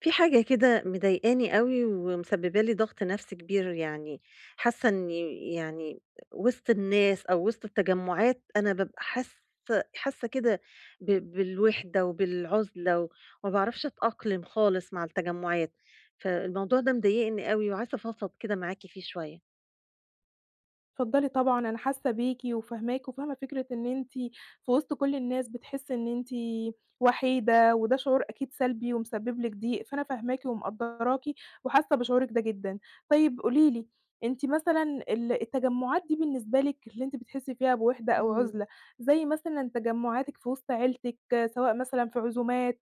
في حاجة كده مضايقاني أوي ومسببة لي ضغط نفسي كبير يعني حاسة إني يعني وسط الناس أو وسط التجمعات أنا بابقى حاسة كده بالوحدة وبالعزلة وما بعرفش أتأقلم خالص مع التجمعات. فالموضوع ده مضايقني أوي وعايزة أفضفض كده معاكي فيه شوية. اتفضلي طبعًا، أنا حاسة بيكِ وفاهماكِ، وفاهمة فكرة إن أنتِ في وسط كل الناس بتحسي إن أنتِ وحيدة، وده شعور أكيد سلبي ومسبب لِك ضيق، فأنا فاهماكِ ومقدّراكِ وحاسة بشعورِك ده جدًا. طيب قولي لي، أنتِ مثلًا التجمعات دي بالنسبة لِك اللي أنتِ بتحسي فيها بوحدة أو عُزلة، زي مثلًا تجمعاتِك في وسط عيلتِك، سواء مثلًا في عزومات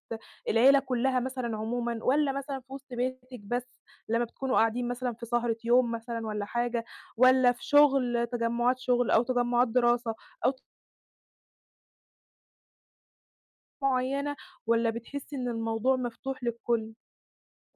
العيلة كلها مثلًا عمومًا، والّا مثلًا في وسط بيتِك بس لمّا بتكونوا قاعدين مثلًا في سهرة يوم مثلًا والّا حاجة؟ والّا في شغل تجمُّعات شغل أو تجمُّعات دراسة أو معيّنة والّا بتحسّي إن الموضوع مفتوح للكل؟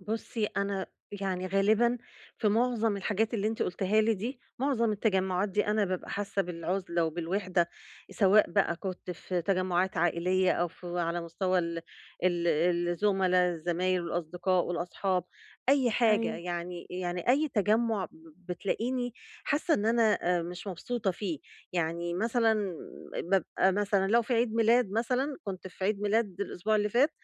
بُصّي، أنا يعني غالبًا في معظم الحاجات اللي أنتِ قُلتيها لي دي، معظم التجمُّعات دي أنا بابقى حاسّة بالعُزلة وبالوِحدة، سواء بقى كنت في تجمُّعات عائلية أو في على مستوى ال الزُملا، الزمايل والأصدقاء والأصحاب، أي حاجة أيوه، يعني أي تجمُّع بتلاقيني حاسّة إن أنا مش مبسوطة فيه. يعني مثلًا بابقى مثلًا لو في عيد ميلاد مثلًا، كنت في عيد ميلاد الأسبوع اللي فات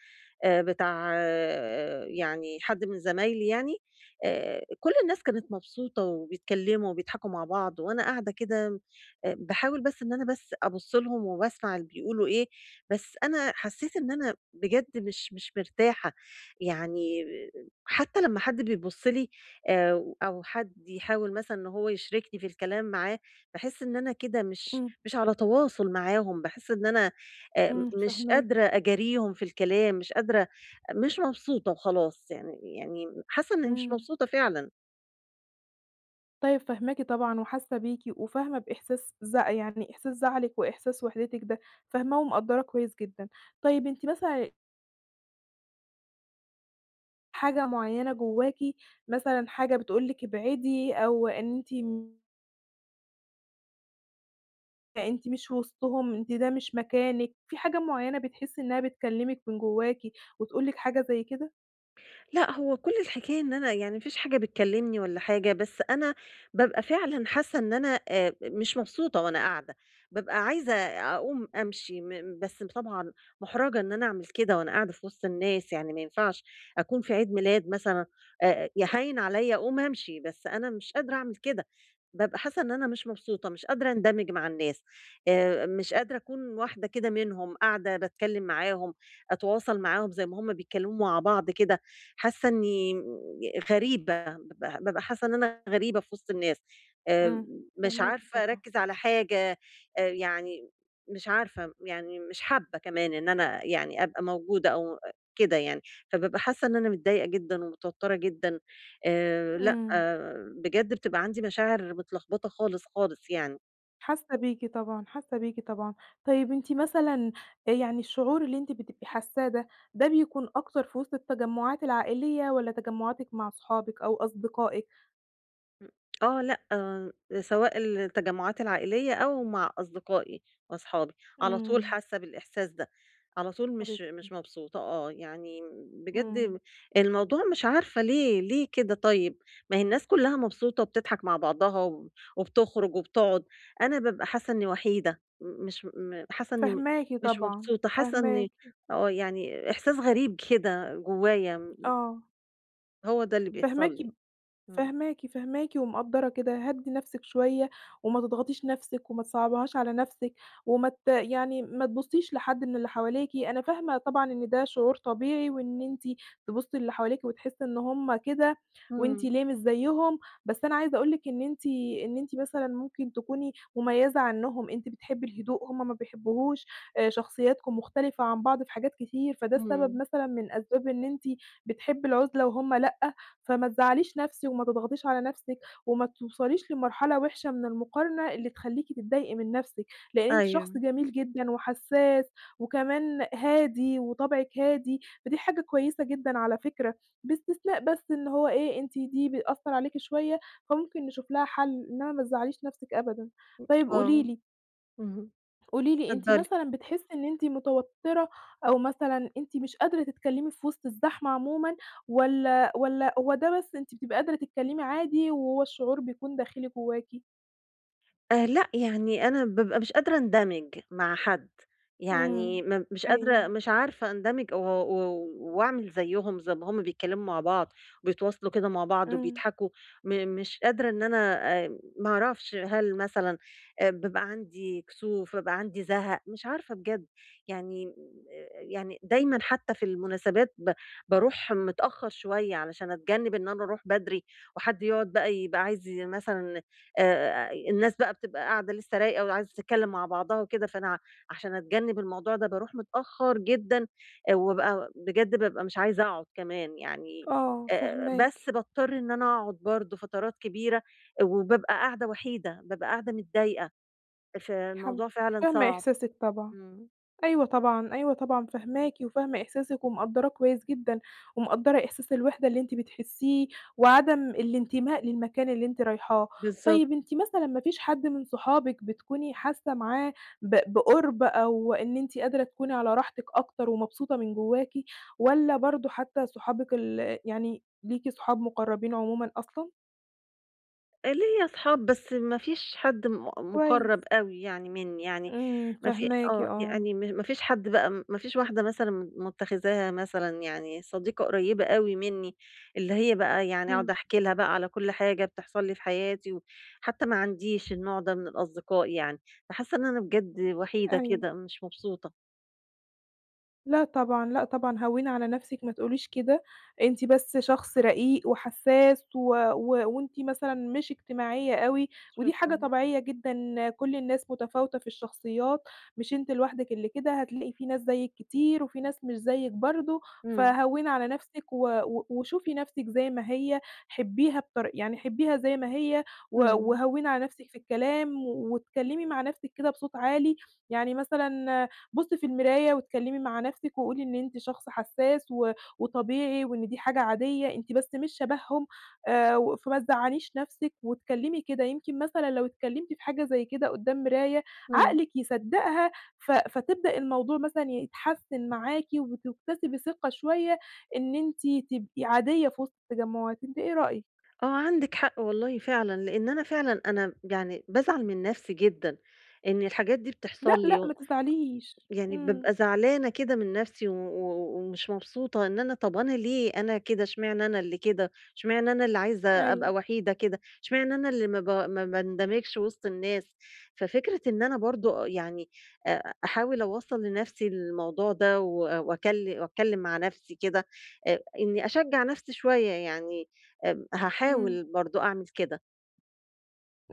بتاع يعني حد من زمايلي يعني. كل الناس كانت مبسوطة وبيتكلّموا وبيضحكوا مع بعض وأنا قاعدة كده، باحاول بس إن أنا بس أبُص لهم وباسمع اللي بيقولوا إيه. بس أنا حسّيت إن أنا بجد مش مرتاحة، يعني حتّى لمّا حد بيبُص لي أو حد يحاول مثلًا إن هو يشركني في الكلام معاه، باحس إن أنا كده مش إمم، مش على تواصل معاهم، باحس إن أنا آآ إمم، مش فاهماكِ، قادرة أجاريهم في الكلام، مش قادرة، مش مبسوطة وخلاص، يعني حاسة إني مش إمم. مبسوطة فعلًا. طيب فاهماكِ طبعًا وحاسّة بيكِ وفاهمة بإحساس يعني إحساس زعلِك وإحساس وحدتِك ده، فاهماه ومقدّراه كويس جدًا. طيب أنتِ مثلًا حاجة معيّنة جواكِ مثلًا حاجة بتقول لِك ابعدي أو إن أنتِ يعني أنتِ مش وسطهم، أنتِ ده مش مكانِك، في حاجة معيّنة بتحسّي إنها بتكلمِك من جواكِ وتقول لِك حاجة زي كده؟ لأ، هو كل الحكاية إن أنا يعني ما فيش حاجة بتكلمني ولا حاجة، بس أنا بابقى فعلًا حاسة إن أنا مش مبسوطة وأنا قاعدة. بابقى عايزة أقوم أمشي بس طبعًا مُحرَجة إن أنا أعمل كده وأنا قاعدة في وسط الناس، يعني ما ينفعش أكون في عيد ميلاد مثلًا هاين عليَّ أقوم أمشي، بس أنا مش قادرة أعمل كده. بابقى حاسة إن أنا مش مبسوطة، مش قادرة أندمج مع الناس، مش قادرة أكون واحدة كده منهم، قاعدة باتكلم معاهم، أتواصل معاهم زي ما هُم بيتكلموا مع بعض كده. حاسة إني غريبة، بابقى حاسة إن أنا غريبة في وسط الناس. آآ إمم. مش فاهماكِ عارفة طبعًا. أركّز على حاجة. يعني مش عارفة، يعني مش حابة كمان إن أنا يعني أبقى موجودة أو كده يعني، فبابقى حاسة إن أنا متضايقة جدًا ومتوترة جدًا. لأ، إمم. آه، بجد بتبقى عندي مشاعر متلخبطة خالص، خالص يعني. حاسة بيكِ طبعًا، حاسة بيكِ طبعًا. طيب أنتِ مثلًا يعني الشعور اللي أنتِ بتبقي حاساه ده، ده بيكون أكتر في وسط التجمُّعات العائلية والّا تجمُّعاتِك مع صحابِك أو أصدقائِك؟ إمم. آه، لأ، آه، سواء التجمعات العائلية أو مع أصدقائي وأصحابي، على طول إمم. حاسة بالإحساس ده، على طول مش حبيبتي. مش مبسوطة يعني إمم. بجد الموضوع مش عارفة ليه، ليه كده طيب؟ ما هي الناس كلّها مبسوطة وبتضحك مع بعضها وبتخرج وبتقعد، أنا بابقى حاسة إني وحيدة، مش حاسة إني فاهماكِ مش طبعًا، مبسوطة، حاسة فاهماكِ. إني يعني إحساس غريب كده جوايا، آه، هو ده اللي بيحصل فاهماكِ لي. إمم. فاهماكِ، فاهماكِ ومقدّرة كده، هدّي نَفْسِك شوية وما تضغطيش نَفْسِك وما تصعّبيهاش على نَفْسِك وما ت يعني ما تبُصّيش لحد من اللي حواليكِ، أنا فاهمة طبعًا إن ده شعور طبيعي وإن أنتِ تبُصّي للي حواليكِ وتحسّي إن هم كده وأنتِ إمم، ليه مش زيّهم، بس أنا عايزة أقول لِك إن أنتِ مثلًا ممكن تكوني مميّزة عنّهم، أنتِ بتحبّي الهدوء هم ما بيحبّوهوش، شخصياتكم مختلفة عن بعض في حاجات كتير، فده السبب إمم، مثلًا من أسباب إن أنتِ بتحبّي العُزلة وهم لأ، فما تزعّليش نَفْسِك وما تضغطيش على نَفْسِك وما توصليش لمرحلة وِحشة من المقارنة اللي تخلّيكِ تتضايقي من نَفْسِك، لإن أنتِ شخص أيوه. جميل جدًا وحسّاس وكمان هادي وطبعِك هادي، فدي حاجة كويسة جدًا على فكرة، باستثناء بس إن هو إيه، أنتِ دي بتأثّر عليكِ شوية، فممكن نشوف لها حَل، إنّما ما تزعّليش نَفْسِك أبدًا. طيب قولي آه، لي اهم، قولي لي أنتِ اتفضلي. مثلًا بتحسّي إن أنتِ متوتّرة أو مثلًا أنتِ مش قادرة تتكلّمي في وسط الزحمة عمومًا والّا هو ده بس أنتِ بتبقي قادرة تتكلّمي عادي وهو الشعور بيكون داخلي جواكِ؟ لأ، يعني أنا بابقى مش قادرة أندمج مع حد، إمم، يعني مش قادرة أيوه، مش عارفة أندمج و و وأعمل زيّهم، زي ما هُم بيتكلموا مع بعض وبيتواصلوا كده مع بعض إمم، وبيضحكوا. مش قادرة إن أنا ما أعرفش هل مثلًا بيبقى عندي كسوف، بيبقى عندي زهق، مش عارفة بجد، يعني دايمًا حتى في المناسبات باروح متأخر شوية علشان أتجنب إن أنا أروح بدري وحد يقعد بقى يبقى عايز مثلًا الناس بقى بتبقى قاعدة لسه رايقة وعايزة تتكلّم مع بعضها وكده، فأنا عشان أتجنّب الموضوع ده باروح متأخّر جدًا وبابقى بجد بابقى مش عايزة أقعد كمان يعني آه بس فاهماكِ، باضطر إن أنا أقعد برضه فترات كبيرة وبابقى قاعدة وحيدة، بابقى قاعدة متضايقة، حبيبتي. فالموضوع فعلًا فاهمة صعب. إحساسِك طبعًا. إمم. أيوه طبعًا، أيوه طبعًا فاهماكِ وفاهمة إحساسِك ومقدّراه كويس جدًا، ومقدّرة إحساس الوحدة اللي أنتِ بتحسّيه وعدم الانتماء للمكان اللي أنتِ رايحاه. بالضبط. طيب أنتِ مثلًا ما فيش حد من صحابِك بتكوني حاسة معاه بقُرب أو إن أنتِ قادرة تكوني على راحتِك أكتر ومبسوطة من جواكِ والّا برضه حتى صحابِك يعني ليكِ صحاب مُقرّبين عمومًا أصلًا؟ ليّا أصحاب بس ما فيش حد مُقرّب كويس. أوي يعني منّي، يعني إمم، ما في فاهماكِ آه، آه. يعني ما فيش حد بقى ما فيش واحدة مثلًا مُتّخذاها مثلًا يعني صديقة قريّبة أوي منّي، اللي هي بقى يعني أقعد إمم، أحكي لها بقى على كل حاجة بتحصل لي في حياتي و حتى ما عنديش النوع ده من الأصدقاء يعني. فحاسة إن أنا بجد وحيدة أيوه. كده مش مبسوطة. لأ طبعًا، لأ طبعًا، هوّني على نفسِك ما تقوليش كده، أنتِ بس شخص رقيق وحسّاس و و وأنتِ مثلًا مش اجتماعية أوي، ودي حاجة شكرًا. طبيعية جدًا كل الناس متفاوتة في الشخصيات، مش أنتِ لوحدِك اللي كده، هتلاقي في ناس زيِّك كتير وفي ناس مش زيِّك برضه، إمم، فهوّني على نفسِك و و وشوفي نفسِك زي ما هي، حبّيها يعني حبّيها زي ما هي إمم، وهوّني على نفسِك في الكلام واتكلّمي مع نفسِك كده بصوت عالي، يعني مثلًا بُصي في المراية واتكلمي مع نفسِك وقولي إن أنتِ شخص حساس وطبيعي وإن دي حاجة عادية، أنتِ بس مش شبههم و فما تزعليش نفسِك واتكلمي كده، يمكن مثلًا لو اتكلمتِ في حاجة زي كده قدّام مراية إمم. عقلِك يصدقها فتبدأ الموضوع مثلًا يتحسن معاكِ وتكتسبي ثقة شوية إن أنتِ تبقي عادية في وسط التجمعات، أنتِ إيه رأيِك؟ آه، عندِك حق والله فعلًا، لإن أنا فعلًا أنا يعني بازعل من نفسي جدًا، إن الحاجات دي لأ، بتحصل لي لأ و ما تزعليش. يعني إمم، بابقى زعلانة كده من نَفْسي و و ومش مبسوطة إن أنا طَب أنا ليه أنا كده، اشمعنى أنا اللي كده، اشمعنى أنا اللي عايزة أبقى أيوه، وحيدة كده، اشمعنى أنا اللي ما باندمجش وسط الناس. ففكرة إن أنا برضه يعني أحاول أوصّل لنَفْسي الموضوع ده وأكل وأتكلّم مع نَفْسي كده إني أشجّع نَفْسي شوية يعني إمم. هاحاول برضه أعمل كده.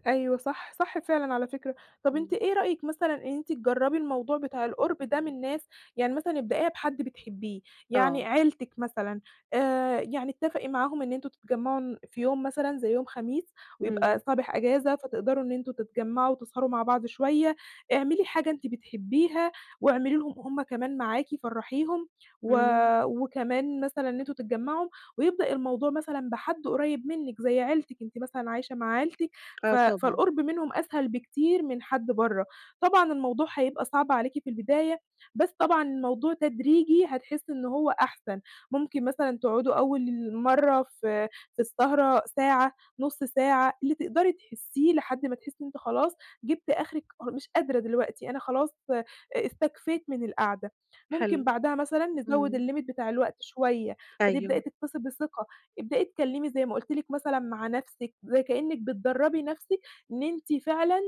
أيوه صح، صح فعلًا على فكرة. طَب أنتِ إمم. إيه رأيِك مثلًا إن أنتِ تجرّبي الموضوع بتاع القُرب ده من ناس يعني مثلًا ابدئيها بحد بتحبيه، آه، يعني عيلتِك مثلًا يعني اتّفقي معاهم إن أنتم تتجمّعوا في يوم مثلًا زي يوم خميس ويبقى إمم، صابح إجازة، فتقدروا إن أنتم تتجمّعوا وتسهروا مع بعض شوية، اعملي حاجة أنتِ بتحبيها واعملي لهم هم كمان معاكِ فرّحيهم، و إمم، وكمان مثلًا إن أنتم تتجمّعوا ويبدأ الموضوع مثلًا بحد قريّب منِّك زي عيلتِك، أنتِ مثلًا عايشة مع عيلتِك آه طبعًا، فالقُرب منهم أسهل بكتير من حد برّه. طبعًا الموضوع هيبقى صعب عليكِ في البداية، بس طبعًا الموضوع تدريجي هتحسّي إن هو أحسن، ممكن مثلًا تقعدوا أول مرّة في السهرة ساعة، نُص ساعة، اللي تقدري تحسّيه لحد ما تحسّي إن أنتِ خلاص جبتِ آخرِك مش قادرة دلوقتي، أنا خلاص استكفيت من القعدة. حلو، ممكن بعدها مثلًا نزوّد إمم، الlimit بتاع الوقت شوية، أيوه، فتبدئي تكتسبي ثقة ابدئي اتكلمي زي ما قُلت لِك مثلًا مع نَفْسِك، زي كإنِّك بتدرّبي نَفْسِك إن أنتِ فعلًا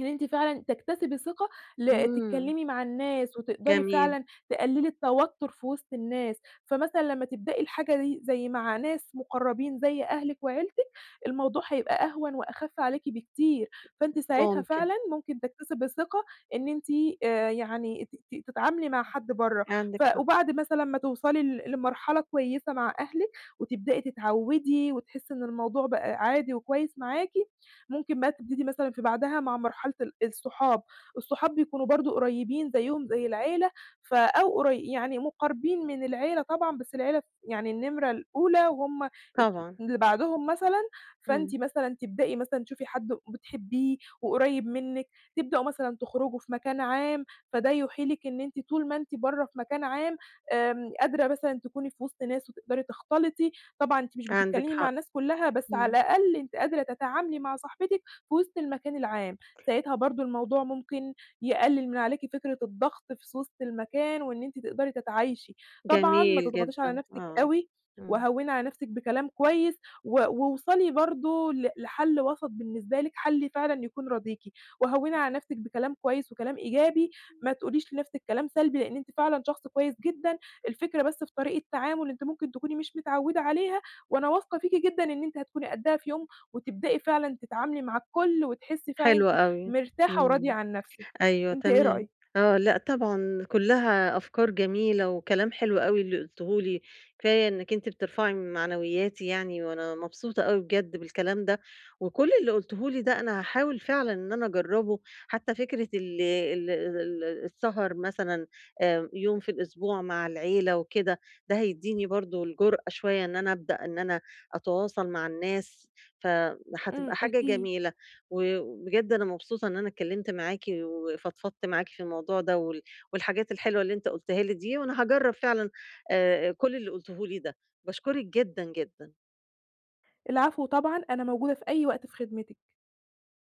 إن أنتِ فعلًا تكتسبي ثقة إمم. تتكلمي مع الناس وتقدري جميل، فعلًا تقللي التوتر في وسط الناس، فمثلًا لمّا تبدئي الحاجة دي زي مع ناس مقربين زي أهلِك وعيلتِك، الموضوع هيبقى أهون وأخف عليكِ بكتير، فأنتِ ساعتها ممكن، فعلًا ممكن تكتسبي ثقة إن أنتِ يعني ت ت تتعاملي مع حد برّه، عندِك حق، وبعد مثلًا ما توصلي لمرحلة كويسة مع أهلِك وتبدئي تتعودي وتحسي إن الموضوع بقى عادي وكويس معاكِ، ممكن بقى تبتدي مثلًا في بعدها مع مرحلة الصحاب، الصحاب بيكونوا برضه قريبين زيّهم زي العيلة أو يعني مقاربين من العيلة طبعًا، بس العيلة يعني النمرة الأولى وهُم الت طبعًا، اللي بعدهم مثلًا، إمم، فأنتِ مثلًا تبدئي مثلًا تشوفي حد بتحبيه وقريب منِّك، تبدأوا مثلًا تخرجوا في مكان عام، فده يُوحي لِك إن أنتِ طول ما أنتِ برّه في مكان عام قادرة مثلًا تكوني في وسط ناس وتقدري تختلطي، طبعًا أنتِ مش عندِك بتتكلمي مع حق، الناس كلّها، بس على إمم. الأقل أنتِ قادرة تتعاملي مع صاحبتِك في وسط المكان العام، ساعتها برضه الموضوع ممكن يقلل من عليكِ فكرة الضغط في وسط المكان وإن أنتِ تقدري تتعايشي. طبعًا ما جميل تضغطيش على جدًا، نفسِك آه، أوي، إمم. وهوّني على نفسِك بكلام كويس، ووصلي برضه لحل وسط بالنسبة لِك، حل فعلًا يكون راضيكِ، وهوّني على نفسِك بكلام كويس وكلام إيجابي، ما تقوليش لنفسِك كلام سلبي، لإن أنتِ فعلًا شخص كويس جدًا الفكرة بس في طريقة تعامل أنتِ ممكن تكوني مش متعودة عليها، وأنا واثقة فيكِ جدًا إن أنتِ هتكوني قدّها في يوم، وتبدئي فعلًا تتعاملي مع الكل، وتحسي فعلًا حلو أنتِ أوي، مرتاحة وراضية إمم. عن نفسِك. أيوه أنتِ إيه تمام. رأيِك؟ آه، لأ طبعًا كلّها أفكار جميلة وكلام حلو أوي اللي قُلتيه لي، كفاية إنِّك أنتِ بترفعي من معنوياتي يعني، وأنا مبسوطة أوي بجد بالكلام ده، وكل اللي قُلتيه لي ده أنا هاحاول فعلًا إن أنا أجرّبه. حتى فكرة ال السهر مثلًا يوم في الأسبوع مع العيلة وكده، ده هيدّيني برضه الجرأة شوية إن أنا أبدأ إن أنا أتواصل مع الناس، فهتبقى إمم، حاجة أكيد. جميلة. وبجد أنا مبسوطة إن أنا اتكلمت معاكِ وفضفضت معاكِ في الموضوع ده والحاجات الحلوة اللي أنت قُلتها لي دي، وأنا هاجرّب فعلًا كل اللي قُلته لي ده. باشكرِك جدًا، جدًا. العفو طبعًا، أنا موجودة في أي وقت في خدمتِك.